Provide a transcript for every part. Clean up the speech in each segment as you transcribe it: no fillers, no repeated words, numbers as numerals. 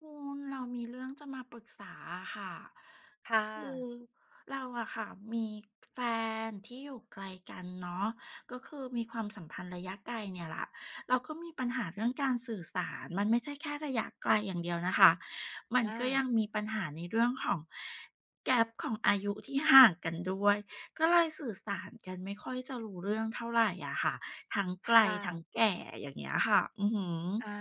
คุณเรามีเรื่องจะมาปรึกษาอะค่ะค่คือะเราอะค่ะมีแฟนที่อยู่ไกลกันเนาะก็คือมีความสัมพันธ์ระยะไกลเนี่ยแหละเราก็มีปัญหาเรื่องการสื่อสารมันไม่ใช่แค่ระยะไกลอย่างเดียวนะคะมันอาก็ยังมีปัญหาในเรื่องของ gap ของอายุที่ห่างกันด้วยก็เลยสื่อสารกันไม่ค่อยจะรู้เรื่องเท่าไหรอะค่ะทั้งไกลทั้งค่ะแก่อย่างเงี้ยค่ะอืออา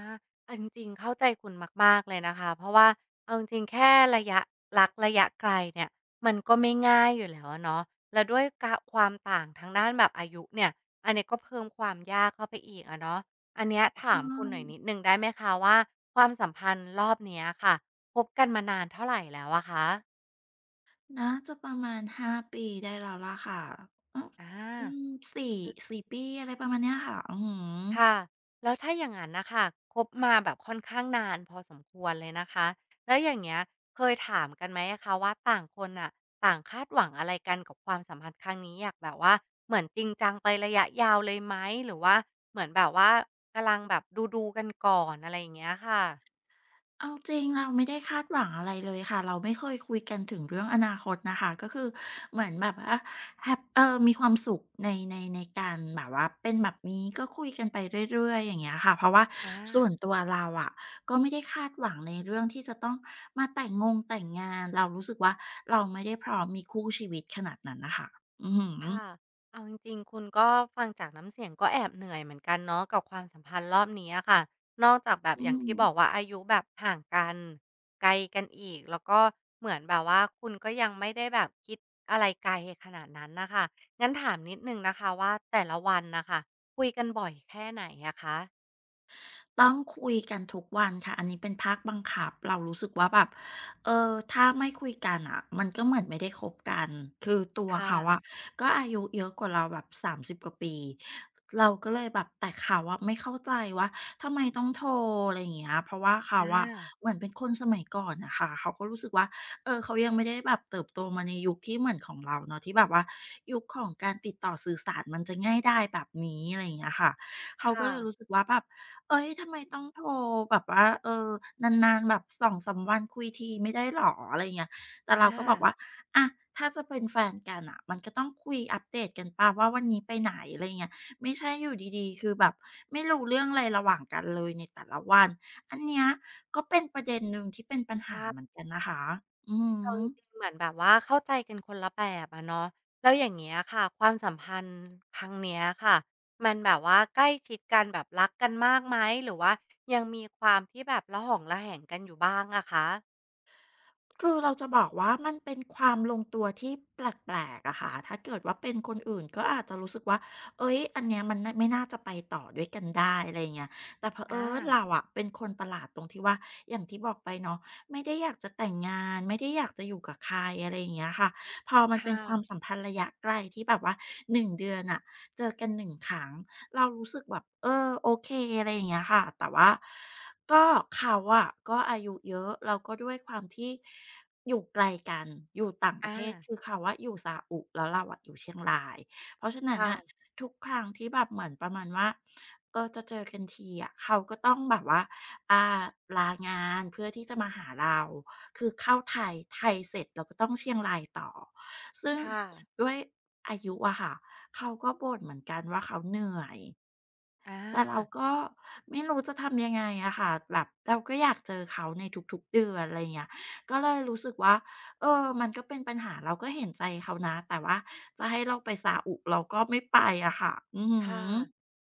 เอาจริงๆเข้าใจคุณมากๆเลยนะคะ เพราะว่าเอาจริงๆแค่ระยะรักระยะไกลเนี่ยมันก็ไม่ง่ายอยู่แล้วอะเนาะแล้วด้วยกะความต่างทางด้านแบบอายุเนี่ยอันนี้ก็เพิ่มความยากเข้าไปอีกอะเนาะอันเนี้ยถาหืมคุณหอ น่อยนิดหนึ่งได้ไหมคะว่าความสัมพันธ์รอบเนี้ยค่ะคบกันมานานเท่าไรแล้วอะคะน่าจะประมาณ5ปีได้แล้วล่ะค่ะออา อืมสี่สี่ปีอะไรประมาณเนี้ยค่ะอื้อฮค่ะ แล้วถ้าอย่างงั้นนะคะคบมาแบบค่อนข้างนานพอสมควรเลยนะคะแล้วอย่างเงี้ยเคยถามกันไหมอะคะว่าต่างคนอะต่างคาดหวังอะไรกันกับความสัมพันธ์ครั้งนี้อยากแบบว่าเหมือนจริงจังไประยะยาวเลยไหมหรือว่าเหมือนแบบว่ากำลังแบบดูดูกันก่อนอะไรอย่างเงี้ยค่ะเอาจริงเราไม่ได้คาดหวังอะไรเลยค่ะเราไม่เคยคุยกันถึงเรื่องอนาคตนะคะก็คือเหมือนแบบว่าแฮปเออมีความสุขในการแบบว่าเป็นแบบนี้ก็คุยกันไปเรื่อยๆอย่างเงี้ยค่ะเพราะว่าอา ส่วนตัวเราอะก็ไม่ได้คาดหวังในเรื่องที่จะต้องมาแต่งงานเรารู้สึกว่าเราไม่ได้พร้อมมีคู่ชีวิตขนาดนั้นน่ะค่ะอือฮึ ค่ะเอาจริงๆคุณก็ฟังจากน้ำเสียงก็แอบเหนื่อยเหมือนกันเนาะกับความสัมพันธ์รอบนี้อะค่ะนอกจากแบบอือย่างมที่บอกว่าอายุแบบห่างกันไกลกันอีกแล้วก็เหมือนแบบว่าคุณก็ยังไม่ได้แบบคิดอะไรไกลขนาดนั้นนะคะงั้นถามนิดนึงนะคะว่าแต่ละวันนะคะคุยกันบ่อยแค่ไหนอะคะต้องคุยกันทุกวันค่ะอันนี้เป็นภาคบังคับเรารู้สึกว่าแบบเออถ้าไม่คุยกันอะมันก็เหมือนไม่ได้คบกันคือตัวคเขาอะ่ะก็อายุเยอะกว่าเราแบบ30กว่าปีเราก็เลยแบบแต่เขาอะไม่เข้าใจว่าทำไมต้องโทรอะไรอย่างเงี้ยเพราะว่าเขาอะอาเหมือนเป็นคนสมัยก่อนน่ะค่ะเขาก็รู้สึกว่าเออเขายังไม่ได้แบบเติบโตมาในยุคที่เหมือนของเราเนาะที่แบบว่ายุคของการติดต่อสื่อสารมันจะง่ายดายแบบนี้อะไรอย่างเงี้ยค่ะเขาก็ค่ะเลยรู้สึกว่าแบบ เอ้ยทำไมต้องโทรแบบว่าเออนานๆแบบสองสามวันคุยทีไม่ได้หรออะไรเงี้ยแต่เราก็บอกว่าอาอะถ้าจะเป็นแฟนกันอ่ะมันก็ต้องคุยอัปเดตกันปล่าว่าวันนี้ไปไหนอะไรเงี้ยไม่ใช่อยู่ดีๆคือแบบไม่รู้เรื่องอะไรระหว่างกันเลยในแต่ละวันอันเนี้ยก็เป็นประเด็นหนึ่งที่เป็นปัญหาเหมือนค่ะ กันนะคะอืเอาอ จริงๆเหมือนแบบว่าเข้าใจกันคนละแบบอะเนาะแล้วอย่างเงี้ยค่ะความสัมพันธ์ครั้งเนี้ยค่ะมันแบบว่าใกล้ชิดกันแบบรักกันมากไหมหรือว่ายังมีความที่แบบละหองละแหงกันอยู่บ้างอะคะคือเราจะบอกว่ามันเป็นความลงตัวที่แปลกๆอะค่ะถ้าเกิดว่าเป็นคนอื่นก็อาจจะรู้สึกว่าเฮ้ย อันเนี้ยมันนะไม่น่าจะไปต่อด้วยกันได้อะไรเงี้ยแต่เผอิอาญเราอะเป็นคนประหลาดตรงที่ว่าอย่างที่บอกไปเนาะไม่ได้อยากจะแต่งงานไม่ได้อยากจะอยู่กับใครอะไรอย่างเงี้ยค่ะพอมันเป็นค่ะความสัมพันธ์ระยะไกลที่แบบว่า1 เดือนอะเจอกัน1 ครั้ง เรารู้สึกแบบเออโอเคอะไรอย่างเงี้ยค่ะแต่ว่าก็เขาอะก็อายุเยอะแล้วก็ด้วยความที่อยู่ไกลกันอยู่ต่างประอาเทศคือเขาอะอยู่ซาอุแล้วเราอะอยู่เชียงรายเพราะฉะนั้นน่ะค่ะทุกครั้งที่แบบเหมือนประมาณว่าเออจะเจอกันทีอะเขาก็ต้องแบบว่าอ่าลางานเพื่อที่จะมาหาเราคือเข้าไทยเสร็จเราก็ต้องเชียงรายต่อซึ่ง ค่ะด้วยอายุอะค่ะเขาก็บ่นเหมือนกันว่าเขาเหนื่อยอแต่เราา ก็ไม่รู้จะทำยังไงอะค่ะแบบเราก็อยากเจอเขาในทุกๆเดือนอะไรเงี้ยก็เลยรู้สึกว่าเออมันก็เป็นปัญหาเราก็เห็นใจเขานะแต่ว่าจะให้เราไปซาอุเราก็ไม่ไปอะค่ะอือฮค่ะ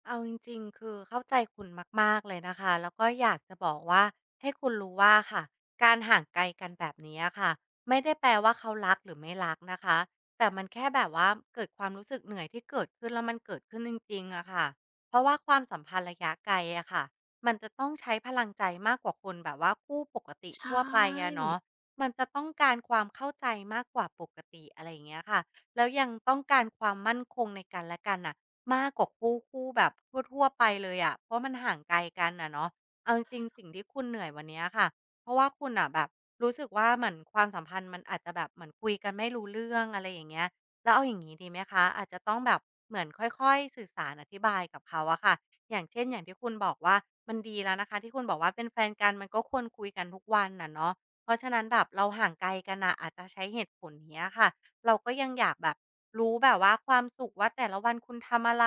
เอาจริงๆคือเข้าใจคุณมากๆเลยนะคะแล้วก็อยากจะบอกว่าให้คุณรู้ว่าค่ะการห่างไกลกันแบบนี้ค่ะไม่ได้แปลว่าเขารักหรือไม่รักนะคะแต่มันแค่แบบว่าเกิดความรู้สึกเหนื่อยที่เกิดขึ้นแล้วมันเกิดขึ้นจริงๆอะค่ะเพราะว่าความสัมพันธ์ระยะไกลอะค่ะมันจะต้องใช้พลังใจมากกว่าคนแบบว่าคู่ปกติทั่ใช่ วไปอะเนาะมันจะต้องการความเข้าใจมากกว่าปกติอะไรอย่างเงี้ยค่ะแล้วยังต้องการความมั่นคงในกันและกันอะ มากกว่าคู่แบบทั่วๆไปเลยอะเพราะมันห่างไกลกันอะเนาะเอาจริงๆสิ่งที่คุณเหนื่อยวันเนี้ยค่ะเพราะว่าคุณน่ะแบบรู้สึกว่าเหมือนความสัมพันธ์มันอาจจะแบบเหมือนคุยกันไม่รู้เรื่องอะไรอย่างเงี้ยแล้วเอาอย่างงี้ดีไหมคะอาจจะต้องแบบเหมือนค่อยๆสื่อสารอธิบายกับเขาอะค่ะอย่างเช่นอย่างที่คุณบอกว่ามันดีแล้วนะคะที่คุณบอกว่าเป็นแฟนกันมันก็ควรคุยกันทุกวันน่ะเนาะเพราะฉะนั้นแบบเราห่างไกลกันน่ะอาจจะใช้เหตุผลเนี้ยค่ะ เราก็ยังอยากแบบรู้แบบว่าความสุขว่าแต่ละวันคุณทำอะไร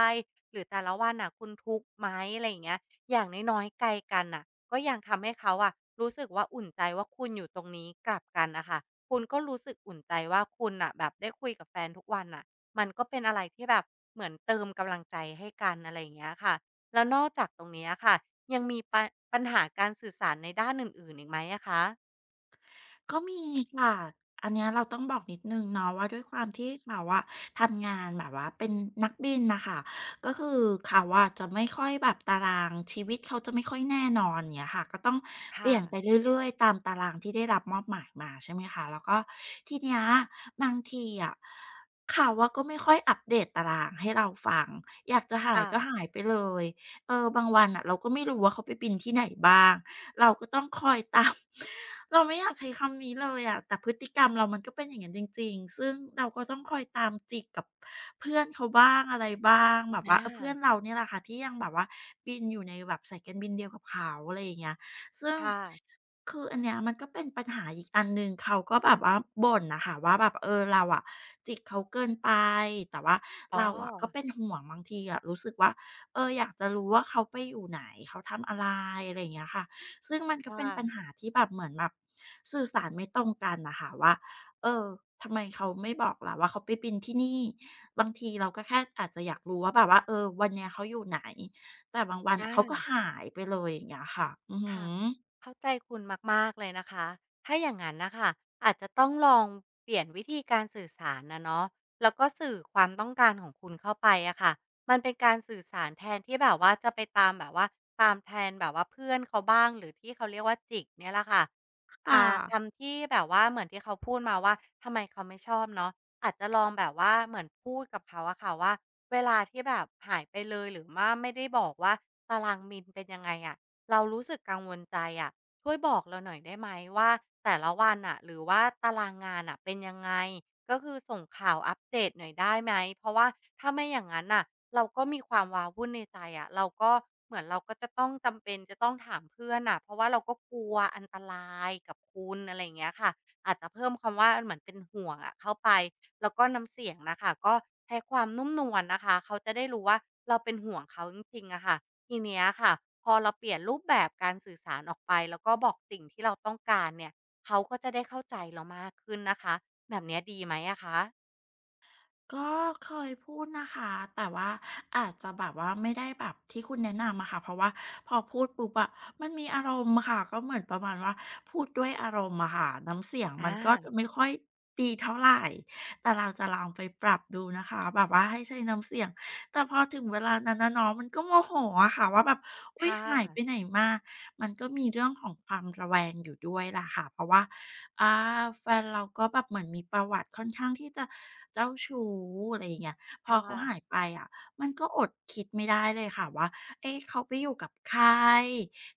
หรือแต่ละวันน่ะคุณทุกข์ไหมอะไรอย่างเงี้ยอย่างน้อยๆไกลกันน่ะก็ยังทำให้เขาอะรู้สึกว่าอุ่นใจว่าคุณอยู่ตรงนี้กลับกันนะคะคุณก็รู้สึกอุ่นใจว่าคุณน่ะแบบได้คุยกับแฟนทุกวันน่ะมันก็เป็นอะไรที่แบบเหมือนเติมกำลังใจให้กันอะไรอย่างเงี้ยค่ะแล้วนอกจากตรงเนี้ยค่ะยังมีปัญหาการสื่อสารในด้านอื่นๆอีกไหมอะคะก็มีค่ะอันเนี้ยเราต้องบอกนิดหนึ่งเนาะว่าด้วยความที่เขาอะทำงานแบบว่าเป็นนักบินนะคะก็คือเขาอะจะไม่ค่อยแบบตารางชีวิตเขาจะไม่ค่อยแน่นอนเนี่ยค่ะก็ต้องเปลี่ค่ะยนไปเรื่อยๆตามตารางที่ได้รับมอบหมายมาใช่ไหมคะแล้วก็ทีเนี้ยบางทีอะเขาว่าก็ไม่ค่อยอัปเดตตารางให้เราฟังอยากจะหายค่ะก็หายไปเลยเออบางวันอ่ะเราก็ไม่รู้ว่าเขาไปบินที่ไหนบ้าง เราก็ต้องคอยตาม เราไม่อยากใช้คำนี้เลยอะแต่พฤติกรรมเรามันก็เป็นอย่างนั้นจริงๆซึ่งเราก็ต้องคอยตามจิกกับเพื่อนเขาบ้างอะไรบ้างแบบว่าเออเพื่อาอนเราเนี่ยแหละค่ะที่ยังแบบว่าบินอยู่ในแบบสายการบินเดียวกับเขาอะไรอย่างเงี้ยซึ่งค่ะคืออันเนี้ยมันก็เป็นปัญหาอีกอันหนึ่งเขาก็แบบว่าบ่นนะคะว่าแบบเออเราอะจิกเขาเกินไปแต่ว่าอ๋อ เราอะก็เป็นห่วงบางทีอะรู้สึกว่าเอออยากจะรู้ว่าเขาไปอยู่ไหนเขาทำอะไรอะไรอย่างเงี้ยค่ะ ซึ่งมันก็ค่เป็นปัญหาะที่แบบเหมือนแบบสื่อสารไม่ตรงกันนะคะว่าเออทำไมเขาไม่บอกล่ะว่าเขาไปบินที่นี่บางทีเราก็แค่อาจจะอยากรู้ว่าแบบว่าเออวันเนี้ยเขาอยู่ไหนแต่บางวันอาเขาก็า หายไปเลยอย่างเงี้ยค่ะอือหืค่ะอเข้าใจคุณมากๆเลยนะคะถ้าอย่างนั้นนะคะอาจจะต้องลองเปลี่ยนวิธีการสื่อสารนะเนาะแล้วก็สื่อความต้องการของคุณเข้าไปอะค่ะมันเป็นการสื่อสารแทนที่แบบว่าจะไปตามแบบว่าตามแทนแบบว่าเพื่อนเขาบ้างหรือที่เขาเรียกว่าจิกเนี่ยแหละค่ะค่ะ อ่าคำที่แบบว่าเหมือนที่เขาพูดมาว่าทำไมเขาไม่ชอบเนาะอาจจะลองแบบว่าเหมือนพูดกับเขาอะค่ะว่าเวลาที่แบบหายไปเลยหรือว่าไม่ได้บอกว่าตารางมิลเป็นยังไงอะ เรารู้สึกกังวลใจอะช่วยบอกเราหน่อยได้ไหมว่าแต่ละวันอ่ะหรือว่าตารางงานอ่ะเป็นยังไงก็คือส่งข่าวอัปเดตหน่อยได้ไหมเพราะว่าถ้าไม่อย่างนั้นอ่ะเราก็มีความว้าวุ่นในใจอะเราก็เหมือนเราก็จะต้องจำเป็นจะต้องถามเพื่อนอ่ะเพราะว่าเราก็กลัวอันตรายกับคุณอะไรอย่างเงี้ยค่ะอาจจะเพิ่มคำว่าเหมือนเป็นห่วงอะเข้าไปแล้วก็น้ำเสียงนะค่ะก็ใช้ความนุ่มนวลนะคะเขาจะได้รู้ว่าเราเป็นห่วงเขาจริงๆอะค่ะ ทีเนี้ยค่ะพอเราเปลี่ยนรูปแบบการสื่อสารออกไปแล้วก็บอกสิ่งที่เราต้องการเนี่ยเขาก็จะได้เข้าใจเรามากขึ้นนะคะแบบเนี้ยดีไหมอะคะก็เคยพูดนะคะแต่ว่าอาจจะแบบว่าไม่ได้แบบที่คุณแนะนำอะค่ะเพราะว่าพอพูดปุ๊บอะมันมีอารมณ์อะค่ะก็เหมือนประมาณว่าพูดด้วยอารมณ์อะค่ะน้ำเสียงมัอานก็จะไม่ค่อยดีเท่าไรแต่เราจะลองไปปรับดูนะคะแบบว่าให้ใช้น้ำเสียงแต่พอถึงเวลานั้นน่ะเนาะมันก็โมโหอะค่ะว่าแบบอุ๊ยค่หายไปไหนะมามันก็มีเรื่องของความระแวงอยู่ด้วยล่ะค่ะเพราะว่า อาแฟนเราก็แบบเหมือนมีประวัติค่อนข้างที่จะเจ้าชู้อะไรอย่างเงี้ยพคอเขาหาย่ะไปอะมันก็อดคิดไม่ได้เลยค่ะว่าเอ๊ะเขาไปอยู่กับใคร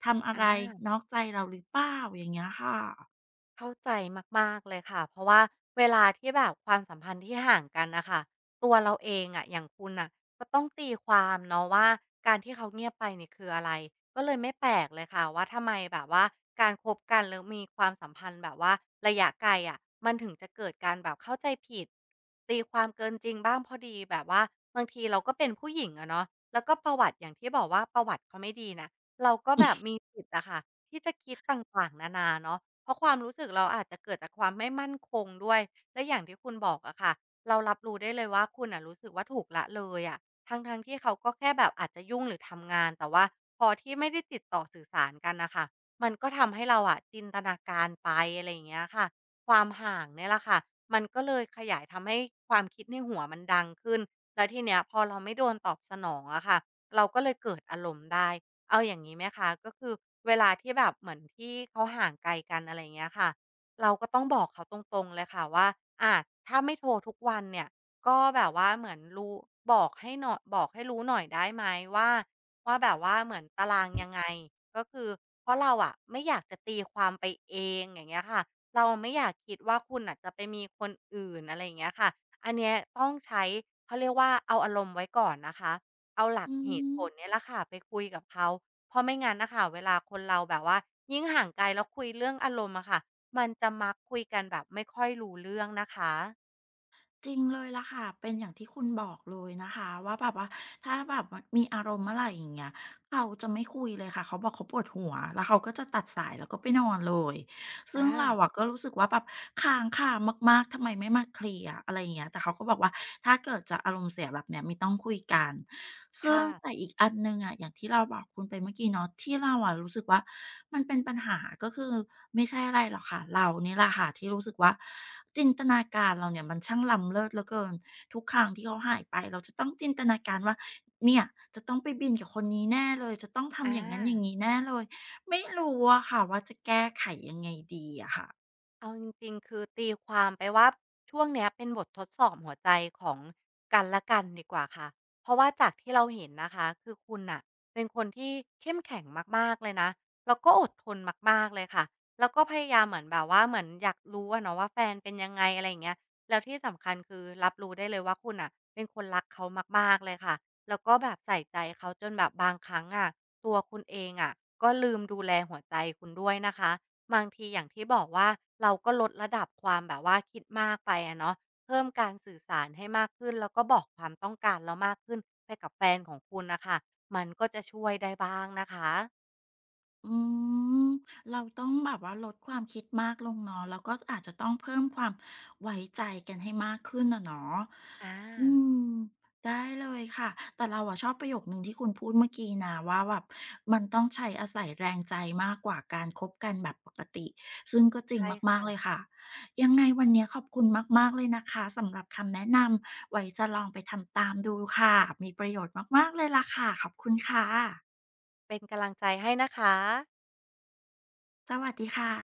ทำอะอไรา นอกใจเราหรือเปล่าอย่างเงี้ยค่ะเข้าใจมากๆเลยค่ะเพราะว่าเวลาที่แบบความสัมพันธ์ที่ห่างกันนะคะตัวเราเองอะอย่างคุณน่ะก็ต้องตีความเนาะว่าการที่เขาเงียบไปเนี่ยคืออะไรก็เลยไม่แปลกเลยค่ะว่าทำไมแบบว่าการคบกันแล้วมีความสัมพันธ์แบบว่าระยะไกลอะมันถึงจะเกิดการแบบเข้าใจผิดตีความเกินจริงบ้างเพอดีแบบว่าบางทีเราก็เป็นผู้หญิงอะเนาะแล้วก็ประวัติอย่างที่บอกว่าประวัติเขาไม่ดีน่ะเราก็แบบมีสิทธิ์อะค่ะที่จะคิดต่างๆนานาเนาะ เพราะความรู้สึกเราอาจจะเกิดจากความไม่มั่นคงด้วย และอย่างที่คุณบอกอะค่ะ เรารับรู้ได้เลยว่าคุณอะรู้สึกว่าถูกละเลยอะทั้งๆทที่เขาก็แค่แบบอาจจะยุ่งหรือทำงานแต่ว่าพอที่ไม่ได้ติดต่อสื่อสารกันนะคะมันก็ทำให้เราอะจินตนาการไปอะไรอย่างเงี้ยค่ะความห่างเนี่ยแหละค่ะมันก็เลยขยายทำให้ความคิดในหัวมันดังขึ้น แล้วทีเนี้ยพอเราไม่โดนตอบสนองอะค่ะเราก็เลยเกิดอารมณ์ได้ เอาอย่างนี้ไหมคะก็คือเวลาที่แบบเหมือนที่เขาห่างไกลกันอะไรเงี้ยค่ะเราก็ต้องบอกเขาตรงๆเลยค่ะว่าอาถ้าไม่โทรทุกวันเนี่ยก็แบบว่าเหมือนรู้บอกให้หน่อยบอกให้รู้หน่อยได้ไหมว่าว่าแบบว่าเหมือนตารางยังไงก็คือเพราะเราอะไม่อยากจะตีความไปเองอย่างเงี้ยค่ะเราไม่อยากคิดว่าคุณอ่ะจะไปมีคนอื่นอะไรอย่างเงี้ยค่ะอันเนี้ยต้องใช้เขาเรียกว่าเอาอารมณ์ไว้ก่อนนะคะ เอาหลักอืเหตุม ผลเนี่ยแหละค่ะไปคุยกับเขาเพราะไม่งั้นน่ะค่ะเวลาคนเราแบบว่ายิ่งห่างไกลแล้วคุยเรื่องอารมณ์อะค่ะมันจะมักคุยกันแบบไม่ค่อยรู้เรื่องนะคะจริงเลยล่ะค่ะเป็นอย่างที่คุณบอกเลยนะคะว่าแบบว่าถ้าแบบมีอารมณ์เมื่อไหรอย่างเงี้ยเขาจะไม่คุยเลยค่ะเขาบอกเขาปวดหัวแล้วเขาก็จะตัดสายแล้วก็ไปนอนเลยซึ่งอาเราอะก็รู้สึกว่าแบบค้างคามากๆทำไมไม่มาเคลียร์อะไรอย่างเงี้ยแต่เขาก็บอกว่าถ้าเกิดจะอารมณ์เสียแบบเนี้ยไม่ต้องคุยกัน ซึ่งค่ะแต่อีกอันหนึ่งอะอย่างที่เราบอกคุณไปเมื่อกี้เนาะที่เราอะรู้สึกว่ามันเป็นปัญหาก็คือไม่ใช่อะไรหรอกค่ะเรานี่แหละค่ะที่รู้สึกว่าจินตนาการเราเนี่ยมันช่างล้ำเลิศเหลือเกินทุกครั้งที่เขาหายไปเราจะต้องจินตนาการว่าเนี่ยจะต้องไปบินกับคนนี้แน่เลยจะต้องทำออา ย่างงั้นอย่างนี้แน่เลยไม่รู้อะค่ะว่าจะแก้ไขยังไงดีอะค่ะ เอาจริงๆคือตีความไปว่าช่วงเนี้ยเป็นบททดสอบหัวใจของกันและกันดีกว่าค่ะเพราะว่าจากที่เราเห็นนะคะคือคุณน่ะเป็นคนที่เข้มแข็งมากๆเลยนะแล้วก็อดทนมากๆเลยค่ะแล้วก็พยายามเหมือนแบบว่าเหมือนอยากรู้อะเนาะว่าแฟนเป็นยังไงอะไรอย่างเงี้ยแล้วที่สำคัญคือรับรู้ได้เลยว่าคุณน่ะเป็นคนรักเขามากๆเลยค่ะแล้วก็แบบใส่ใจเขาจนแบบบางครั้งอะตัวคุณเองอะก็ลืมดูแลหัวใจคุณด้วยนะคะ บางทีอย่างที่บอกว่าเราก็ลดระดับความแบบว่าคิดมากไปอะเนาะเพิ่มการสื่อสารให้มากขึ้นแล้วก็บอกความต้องการเรามากขึ้นไปกับแฟนของคุณนะคะมันก็จะช่วยได้บ้างนะคะอืมเราต้องแบบว่าลดความคิดมากลงเนาะแล้วก็อาจจะต้องเพิ่มความไว้ใจกันให้มากขึ้นนะเนาะอ่าอืมได้เลยค่ะแต่เราอะชอบประโยคหนึ่งที่คุณพูดเมื่อกี้นะว่าแบบมันต้องใช้อาศัยแรงใจมากกว่าการคบกันแบบปกติซึ่งก็จริงใช่มากค่ะๆเลยค่ะยังไงวันนี้ขอบคุณมากๆเลยนะคะสำหรับคำแนะนำไว้จะลองไปทำตามดูค่ะมีประโยชน์มากๆเลยล่ะค่ะขอบคุณค่ะเป็นกำลังใจให้นะคะสวัสดีค่ะ